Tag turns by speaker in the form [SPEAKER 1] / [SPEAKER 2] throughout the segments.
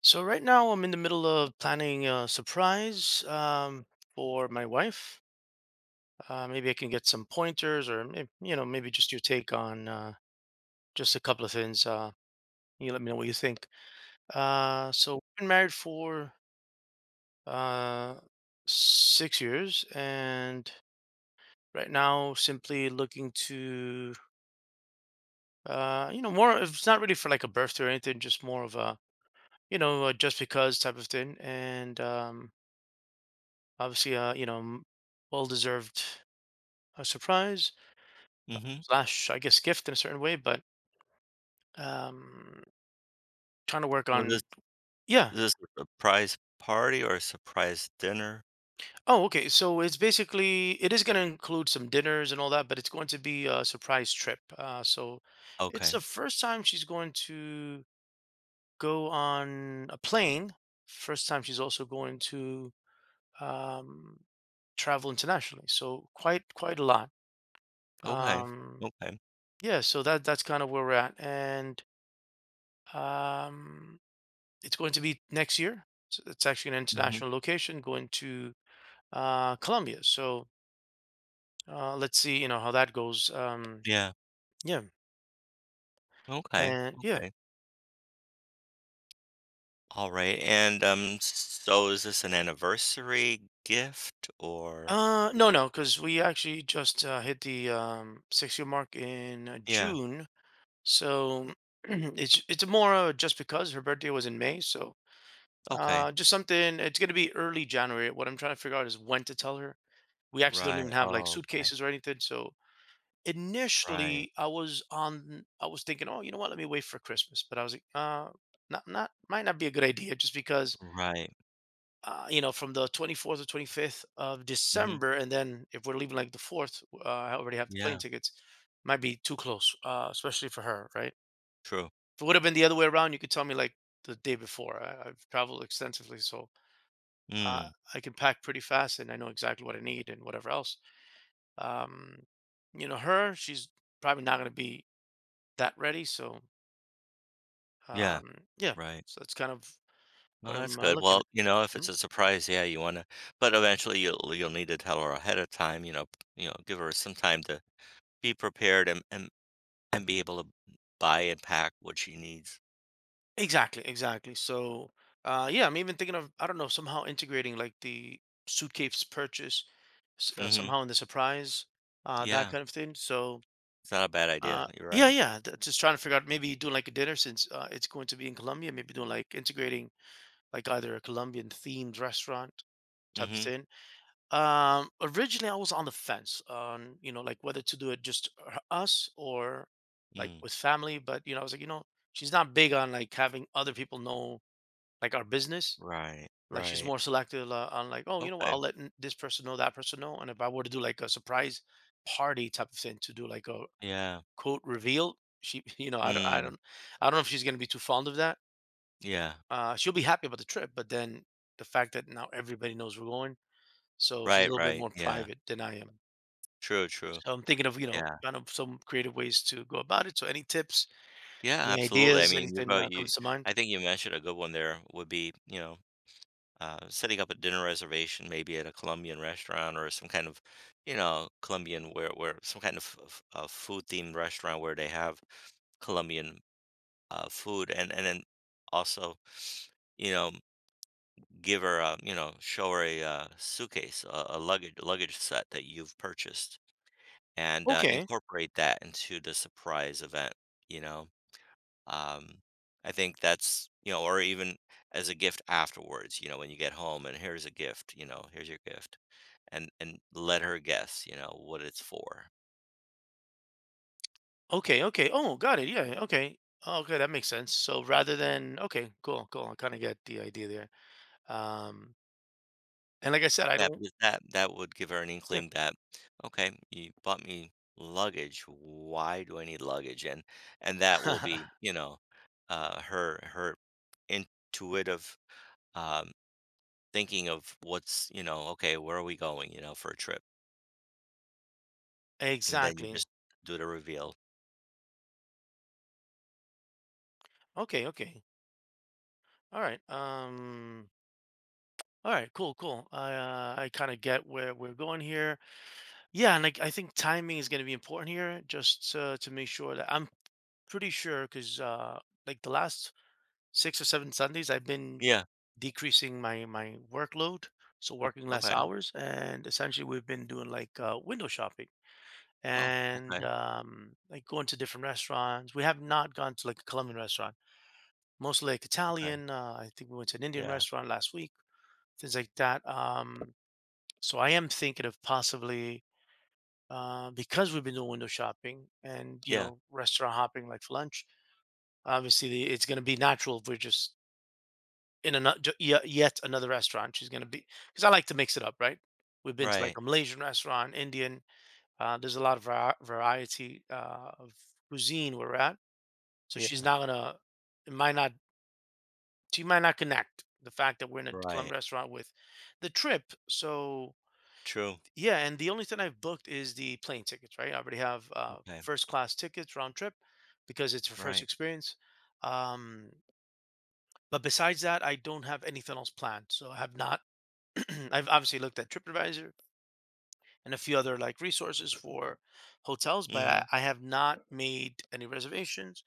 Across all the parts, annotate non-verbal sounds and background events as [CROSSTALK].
[SPEAKER 1] So right now I'm in the middle of planning a surprise for my wife. Maybe I can get some pointers, or maybe, you know, maybe just your take on just a couple of things. You let me know what you think. So we've been married for uh, 6 years, and right now simply looking to, you know, more. It's not really for like a birthday or anything, just more of a, you know, a just because type of thing. And obviously, you know, well deserved a surprise
[SPEAKER 2] Mhm.
[SPEAKER 1] slash, I guess, gift in a certain way, but um, trying to work
[SPEAKER 2] Was this
[SPEAKER 1] on. Yeah.
[SPEAKER 2] is this a surprise party or a surprise dinner?
[SPEAKER 1] Oh, okay. So it's basically, it is going to include some dinners and all that, but it's going to be a surprise trip. So it's
[SPEAKER 2] Okay.
[SPEAKER 1] the first time she's going to go on a plane. First time she's also going to um, travel internationally. So quite a lot.
[SPEAKER 2] Okay.
[SPEAKER 1] Um,
[SPEAKER 2] Okay.
[SPEAKER 1] yeah. So that's kind of where we're at, and Um, it's going to be next year. So it's actually an
[SPEAKER 2] Mhm.
[SPEAKER 1] international location going to Colombia. So let's see, how that goes.
[SPEAKER 2] Yeah.
[SPEAKER 1] Yeah,
[SPEAKER 2] Okay.
[SPEAKER 1] and yeah.
[SPEAKER 2] Okay. Alright, and, so is this an anniversary gift or
[SPEAKER 1] No, no, because we actually just hit the six-year mark in
[SPEAKER 2] Yeah.
[SPEAKER 1] June. So [CLEARS THROAT] it's more just because her birthday was in May. So
[SPEAKER 2] Okay.
[SPEAKER 1] just something. It's gonna be early January. What I'm trying to figure out is when to tell her. We actually don't
[SPEAKER 2] Right.
[SPEAKER 1] even have like
[SPEAKER 2] Oh, okay.
[SPEAKER 1] suitcases or anything. So
[SPEAKER 2] Right.
[SPEAKER 1] initially, I was thinking, "Oh, you know what? Let me wait for Christmas." But I was like, not not Might not be a good idea just because
[SPEAKER 2] Right.
[SPEAKER 1] you know, from the 24th or 25th of
[SPEAKER 2] Mhm.
[SPEAKER 1] December and then if we're leaving like the 4th, I already have the plane
[SPEAKER 2] Yeah.
[SPEAKER 1] tickets. Might be too close, especially for her, right?
[SPEAKER 2] True.
[SPEAKER 1] If it would have been the other way around, you could tell me like the day before. I've traveled extensively, so uh,
[SPEAKER 2] Mm.
[SPEAKER 1] I can pack pretty fast and I know exactly what I need and whatever else. Um, you know, her, she's probably not going to be that ready. So
[SPEAKER 2] Yeah.
[SPEAKER 1] Yeah,
[SPEAKER 2] Right.
[SPEAKER 1] so that's kind of
[SPEAKER 2] Well,
[SPEAKER 1] what
[SPEAKER 2] that's
[SPEAKER 1] I'm
[SPEAKER 2] good.
[SPEAKER 1] looking
[SPEAKER 2] Well,
[SPEAKER 1] at.
[SPEAKER 2] if it's
[SPEAKER 1] Mhm.
[SPEAKER 2] a surprise, yeah, you wanna but eventually you'll need to tell her ahead of time, give her some time to be prepared and be able to buy and pack what she needs.
[SPEAKER 1] Exactly, exactly. So, yeah, I'm even thinking of, I don't know, somehow integrating like the suitcase purchase,
[SPEAKER 2] Mhm.
[SPEAKER 1] somehow in the surprise, that
[SPEAKER 2] Yeah,
[SPEAKER 1] kind of thing. So,
[SPEAKER 2] it's not a bad idea, you're
[SPEAKER 1] yeah,
[SPEAKER 2] right.
[SPEAKER 1] yeah, just trying to figure out maybe doing like a dinner since it's going to be in Colombia, maybe doing like integrating like either a Colombian themed restaurant type of
[SPEAKER 2] Mhm.
[SPEAKER 1] thing. Originally, I was on the fence on, you know, like whether to do it just us or like
[SPEAKER 2] Mm.
[SPEAKER 1] with family. But, I was like, she's not big on like having other people know like our business.
[SPEAKER 2] Right,
[SPEAKER 1] Like she's
[SPEAKER 2] right.
[SPEAKER 1] more selective on like, oh, you know what,
[SPEAKER 2] Okay.
[SPEAKER 1] I'll let this person know, that person know. And if I were to do like a surprise party type of thing to do like a
[SPEAKER 2] Yeah.
[SPEAKER 1] quote reveal, she, [LAUGHS] I don't, I
[SPEAKER 2] Mm,
[SPEAKER 1] don't, I don't know if she's going to be too fond of that.
[SPEAKER 2] yeah.
[SPEAKER 1] She'll be happy about the trip, but then the fact that now everybody knows we're going, so she's a
[SPEAKER 2] Right,
[SPEAKER 1] little bit
[SPEAKER 2] right,
[SPEAKER 1] more
[SPEAKER 2] yeah.
[SPEAKER 1] private than I am.
[SPEAKER 2] True, true.
[SPEAKER 1] So I'm thinking of, you know,
[SPEAKER 2] Yeah.
[SPEAKER 1] kind of some creative ways to go about it. So any tips,
[SPEAKER 2] Yeah,
[SPEAKER 1] any
[SPEAKER 2] absolutely, I
[SPEAKER 1] ideas,
[SPEAKER 2] mean, you know,
[SPEAKER 1] anything
[SPEAKER 2] you
[SPEAKER 1] comes to
[SPEAKER 2] I
[SPEAKER 1] mind?
[SPEAKER 2] think you mentioned a good one there would be, setting up a dinner reservation maybe at a Colombian restaurant or some kind of, Colombian where some kind of f food-themed restaurant where they have Colombian food and then also you know give her a, show her a suitcase a luggage set that you've purchased and
[SPEAKER 1] Okay.
[SPEAKER 2] incorporate that into the surprise event you know um I think that's or even as a gift afterwards, when you get home, and here's a gift, here's your gift, and let her guess what it's for.
[SPEAKER 1] Okay. Okay. Oh, got it. Yeah. Okay. Oh, okay. That makes sense. So rather than, okay, cool, cool. I kind of get the idea there. Um, and like I said, I
[SPEAKER 2] Yeah,
[SPEAKER 1] don't,
[SPEAKER 2] because that that would give her an
[SPEAKER 1] yeah,
[SPEAKER 2] inkling that, okay, you bought me luggage. Why do I need luggage? And that will be,
[SPEAKER 1] [LAUGHS]
[SPEAKER 2] her her intuitive um, thinking of what's, okay, where are we going, for a trip? And then you
[SPEAKER 1] exactly.
[SPEAKER 2] just do the reveal.
[SPEAKER 1] Okay. Okay. All right. All right. Cool. Cool. I kind of get where we're going here. Yeah. And like, I think timing is going to be important here just to make sure that I'm. Pretty sure, 'cause, like the last 6 or 7 Sundays, I've been
[SPEAKER 2] Yeah.
[SPEAKER 1] decreasing my workload, so working less
[SPEAKER 2] Okay.
[SPEAKER 1] hours, and essentially we've been doing like, window shopping
[SPEAKER 2] Oh. Okay.
[SPEAKER 1] and, like going to different restaurants. We have not gone to like a Colombian restaurant, mostly like
[SPEAKER 2] Okay.
[SPEAKER 1] Italian. I think we went to an Indian
[SPEAKER 2] Yeah.
[SPEAKER 1] restaurant last week, things like that. So I am thinking of possibly, because we've been doing window shopping and, you
[SPEAKER 2] Yeah.
[SPEAKER 1] know, restaurant hopping like for lunch, obviously it's gonna be natural if we're just in ano yet another restaurant. She's gonna be because I like to mix it up, right? We've been to, like,
[SPEAKER 2] Right.
[SPEAKER 1] a Malaysian restaurant, Indian. There's a lot of va variety, of cuisine where we're at, so she's
[SPEAKER 2] Yeah.
[SPEAKER 1] not gonna it might not she might not connect the fact that we're in a
[SPEAKER 2] Right.
[SPEAKER 1] Colombian restaurant with the trip, so
[SPEAKER 2] True.
[SPEAKER 1] yeah, and the only thing I've booked is the plane tickets, right? I already have,
[SPEAKER 2] Okay.
[SPEAKER 1] first class tickets round trip because it's her first
[SPEAKER 2] Right.
[SPEAKER 1] experience, um, but besides that, I don't have anything else planned, so I have not [CLEARS THROAT] I've obviously looked at TripAdvisor and a few other like resources for hotels, but
[SPEAKER 2] Mm-hmm.
[SPEAKER 1] I have not made any reservations.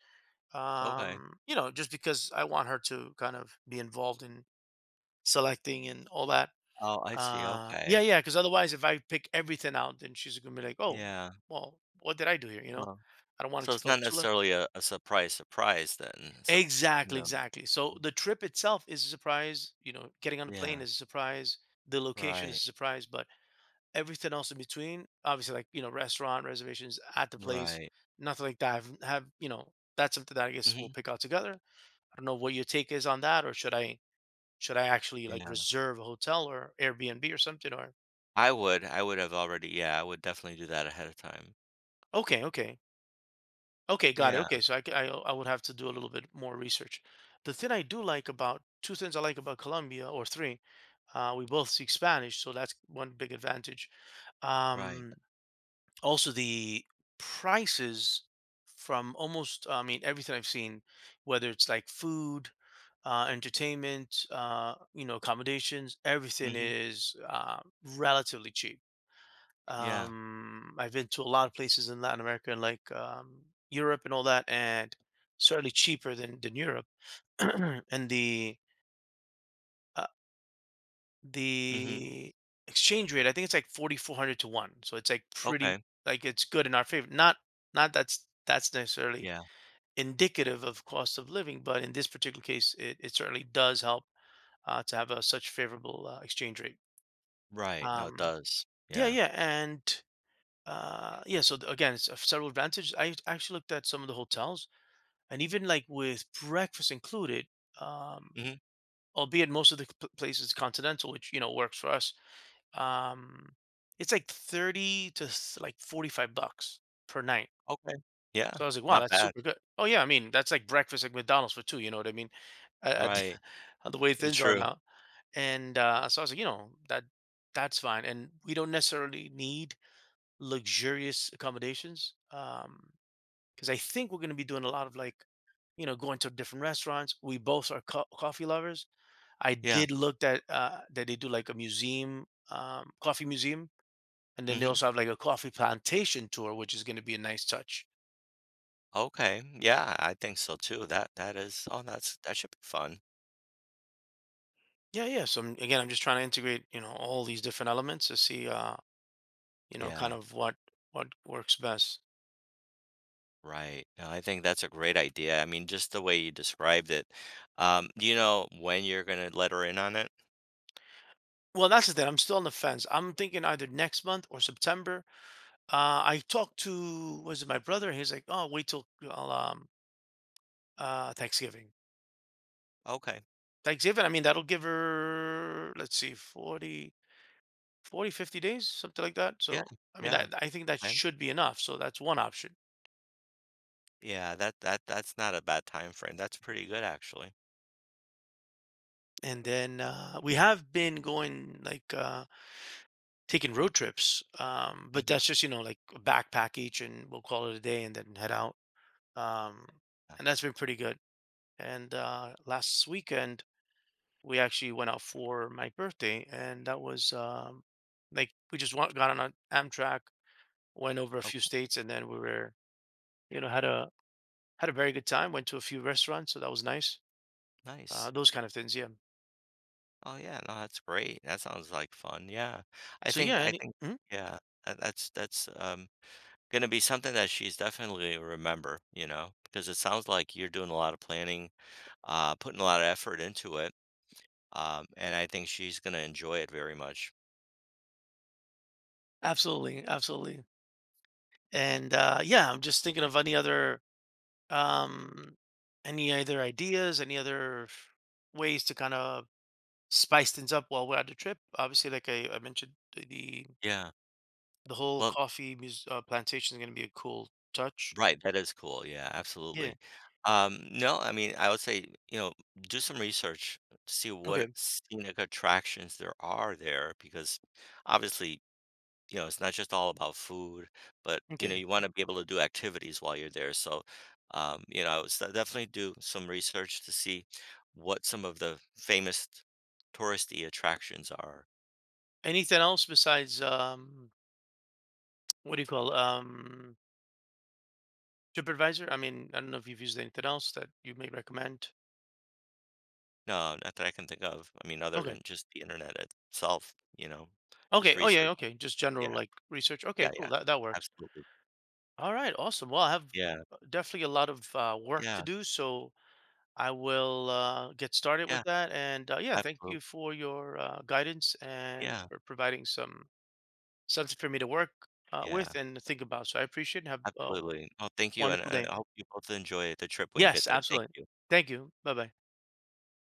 [SPEAKER 2] Okay.
[SPEAKER 1] You know, just because I want her to kind of be involved in selecting and all that.
[SPEAKER 2] Oh, I see.
[SPEAKER 1] Yeah,
[SPEAKER 2] Okay.
[SPEAKER 1] yeah. Because otherwise, if I pick everything out, then she's gonna be like, "Oh,
[SPEAKER 2] Yeah.
[SPEAKER 1] well, what did I do here?" You know,
[SPEAKER 2] Huh.
[SPEAKER 1] I don't want it
[SPEAKER 2] So
[SPEAKER 1] to
[SPEAKER 2] it's
[SPEAKER 1] feel
[SPEAKER 2] not
[SPEAKER 1] too left.
[SPEAKER 2] necessarily a surprise surprise then, so,
[SPEAKER 1] Exactly,
[SPEAKER 2] yeah,
[SPEAKER 1] exactly. So the trip itself is a surprise. You know, getting on the
[SPEAKER 2] yeah,
[SPEAKER 1] plane is a surprise. The location is
[SPEAKER 2] right,
[SPEAKER 1] a surprise, but everything else in between, obviously, like, you know, restaurant reservations at the place,
[SPEAKER 2] right,
[SPEAKER 1] nothing like that. Have, you know, that's something that I guess we'll
[SPEAKER 2] mhm,
[SPEAKER 1] pick out together. I don't know what your take is on that, or should I actually like
[SPEAKER 2] yeah,
[SPEAKER 1] reserve a hotel or Airbnb or something? Or
[SPEAKER 2] I would have already yeah, I would definitely do that ahead of time.
[SPEAKER 1] okay, okay, okay, got it.
[SPEAKER 2] Yeah,
[SPEAKER 1] Okay, so I would have to do a little bit more research. The thing I do like about Two things I like about Colombia, or three. We both speak Spanish, so that's one big advantage.
[SPEAKER 2] right,
[SPEAKER 1] Um, Also, the prices, from almost, I mean, everything I've seen, whether it's like food, entertainment, you know, accommodations, everything
[SPEAKER 2] mhm,
[SPEAKER 1] is relatively cheap.
[SPEAKER 2] yeah,
[SPEAKER 1] I've been to a lot of places in Latin America, and like, Europe and all that, and certainly cheaper than Europe. [CLEARS THROAT] and the uh,
[SPEAKER 2] mhm,
[SPEAKER 1] The exchange rate, I think it's like 4,400 to 1. So it's like pretty,
[SPEAKER 2] okay,
[SPEAKER 1] like it's good in our favor. Not not That's necessarily
[SPEAKER 2] yeah,
[SPEAKER 1] indicative of cost of living, but in this particular case, it certainly does help to have a such favorable exchange rate.
[SPEAKER 2] right, no, it
[SPEAKER 1] Um,
[SPEAKER 2] does,
[SPEAKER 1] yeah,
[SPEAKER 2] yeah,
[SPEAKER 1] yeah, and yeah. So again, it's several advantages. I actually looked at some of the hotels, and even like with breakfast included, um,
[SPEAKER 2] mhm,
[SPEAKER 1] albeit most of the places continental, which you know works for us. Um, it's like 30 to like 45 bucks per night.
[SPEAKER 2] okay, yeah,
[SPEAKER 1] So I was like, wow,
[SPEAKER 2] not
[SPEAKER 1] that's
[SPEAKER 2] bad,
[SPEAKER 1] super good. Oh yeah, I mean, that's like breakfast at McDonald's for two, you know what I mean? Uh,
[SPEAKER 2] right,
[SPEAKER 1] [LAUGHS] the way
[SPEAKER 2] it's
[SPEAKER 1] things are
[SPEAKER 2] true,
[SPEAKER 1] now. And so I was like, you know, that's fine. And we don't necessarily need luxurious accommodations. Because I think we're gonna be doing a lot of like, you know, going to different restaurants. We both are coffee lovers. I
[SPEAKER 2] yeah,
[SPEAKER 1] did look at that they do like a museum, coffee museum. And then they
[SPEAKER 2] mhm,
[SPEAKER 1] also have like a coffee plantation tour, which is going to be a nice touch.
[SPEAKER 2] okay, yeah, I think so too, that that is oh, that's that should be fun,
[SPEAKER 1] Yeah, yeah. So again, I'm just trying to integrate, you know, all these different elements to see, you know,
[SPEAKER 2] yeah.
[SPEAKER 1] kind of what works best.
[SPEAKER 2] Right. No, I think that's a great idea. I mean, just the way you described it. Do you know when you're gonna let her in on it?
[SPEAKER 1] Well, that's the thing. I'm still on the fence. I'm thinking either next month or September. I talked to, was it my brother? He's like, oh, wait till, well, Thanksgiving.
[SPEAKER 2] Okay.
[SPEAKER 1] Thanksgiving. I mean, that'll give her, let's see, 40, 40, 50 days, something like that.
[SPEAKER 2] Yeah.
[SPEAKER 1] So I mean,
[SPEAKER 2] Yeah.
[SPEAKER 1] that, I think that
[SPEAKER 2] Okay.
[SPEAKER 1] should be enough. So that's one option.
[SPEAKER 2] Yeah. That that's not a bad time frame. That's pretty good actually.
[SPEAKER 1] And then we have been going like, taking road trips, but that's
[SPEAKER 2] Hmm.
[SPEAKER 1] just, you know, like a backpack each, and we'll call it a day, and then head out. Um,
[SPEAKER 2] Yeah.
[SPEAKER 1] and that's been pretty good. And last weekend we actually went out for my birthday, and that was like we just got on an Amtrak, went over a
[SPEAKER 2] Oh,
[SPEAKER 1] few states, and then we were, you know, had a very good time. Went to a few restaurants, so that was nice.
[SPEAKER 2] nice.
[SPEAKER 1] Those kind of things, yeah.
[SPEAKER 2] Oh yeah. No, that's great. That sounds like fun. Yeah. I
[SPEAKER 1] So
[SPEAKER 2] think
[SPEAKER 1] yeah,
[SPEAKER 2] I think
[SPEAKER 1] and,
[SPEAKER 2] yeah. That, that's gonna be something that she's definitely gonna remember. You know, because it sounds like you're doing a lot of planning, putting a lot of effort into it. And I think she's gonna enjoy it very much.
[SPEAKER 1] absolutely, absolutely. And yeah, I'm just thinking of any other um, ideas, any other ways to kind of spice things up while we're on the trip. Obviously, like I mentioned,
[SPEAKER 2] Yeah.
[SPEAKER 1] the whole
[SPEAKER 2] Well,
[SPEAKER 1] coffee plantation is going to be a cool touch.
[SPEAKER 2] right, that is cool. Yeah,
[SPEAKER 1] Yeah.
[SPEAKER 2] absolutely. No, I mean, I would say, do some research, see what
[SPEAKER 1] Okay.
[SPEAKER 2] scenic attractions there are there, because obviously, it's not just all about food, but
[SPEAKER 1] Okay.
[SPEAKER 2] you want to be able to do activities while you're there. So, definitely do some research to see what some of the famous touristy attractions are.
[SPEAKER 1] Anything else besides what do you call, TripAdvisor? I mean, I don't know if you've used anything else that you may recommend.
[SPEAKER 2] No, not that I can think of. I mean, other
[SPEAKER 1] Okay.
[SPEAKER 2] than just the internet itself, just
[SPEAKER 1] Okay. Oh yeah.
[SPEAKER 2] research.
[SPEAKER 1] Okay. Just general
[SPEAKER 2] Yeah,
[SPEAKER 1] like research.
[SPEAKER 2] yeah,
[SPEAKER 1] Okay. Cool.
[SPEAKER 2] yeah,
[SPEAKER 1] That works.
[SPEAKER 2] absolutely.
[SPEAKER 1] All right, awesome. Well, I have
[SPEAKER 2] Yeah,
[SPEAKER 1] definitely a lot of work to
[SPEAKER 2] yeah,
[SPEAKER 1] do, so I will get started
[SPEAKER 2] yeah,
[SPEAKER 1] with that. And yeah, thank
[SPEAKER 2] absolutely.
[SPEAKER 1] you for your guidance and
[SPEAKER 2] Yeah,
[SPEAKER 1] for providing something for me to work
[SPEAKER 2] yeah,
[SPEAKER 1] with and think about. So I appreciate it, and have a
[SPEAKER 2] absolutely. Oh, thank you,
[SPEAKER 1] wonderful
[SPEAKER 2] and
[SPEAKER 1] day.
[SPEAKER 2] I hope you both enjoy the trip when you get
[SPEAKER 1] Yes,
[SPEAKER 2] there. Thank
[SPEAKER 1] absolutely.
[SPEAKER 2] you.
[SPEAKER 1] Thank you. Bye bye.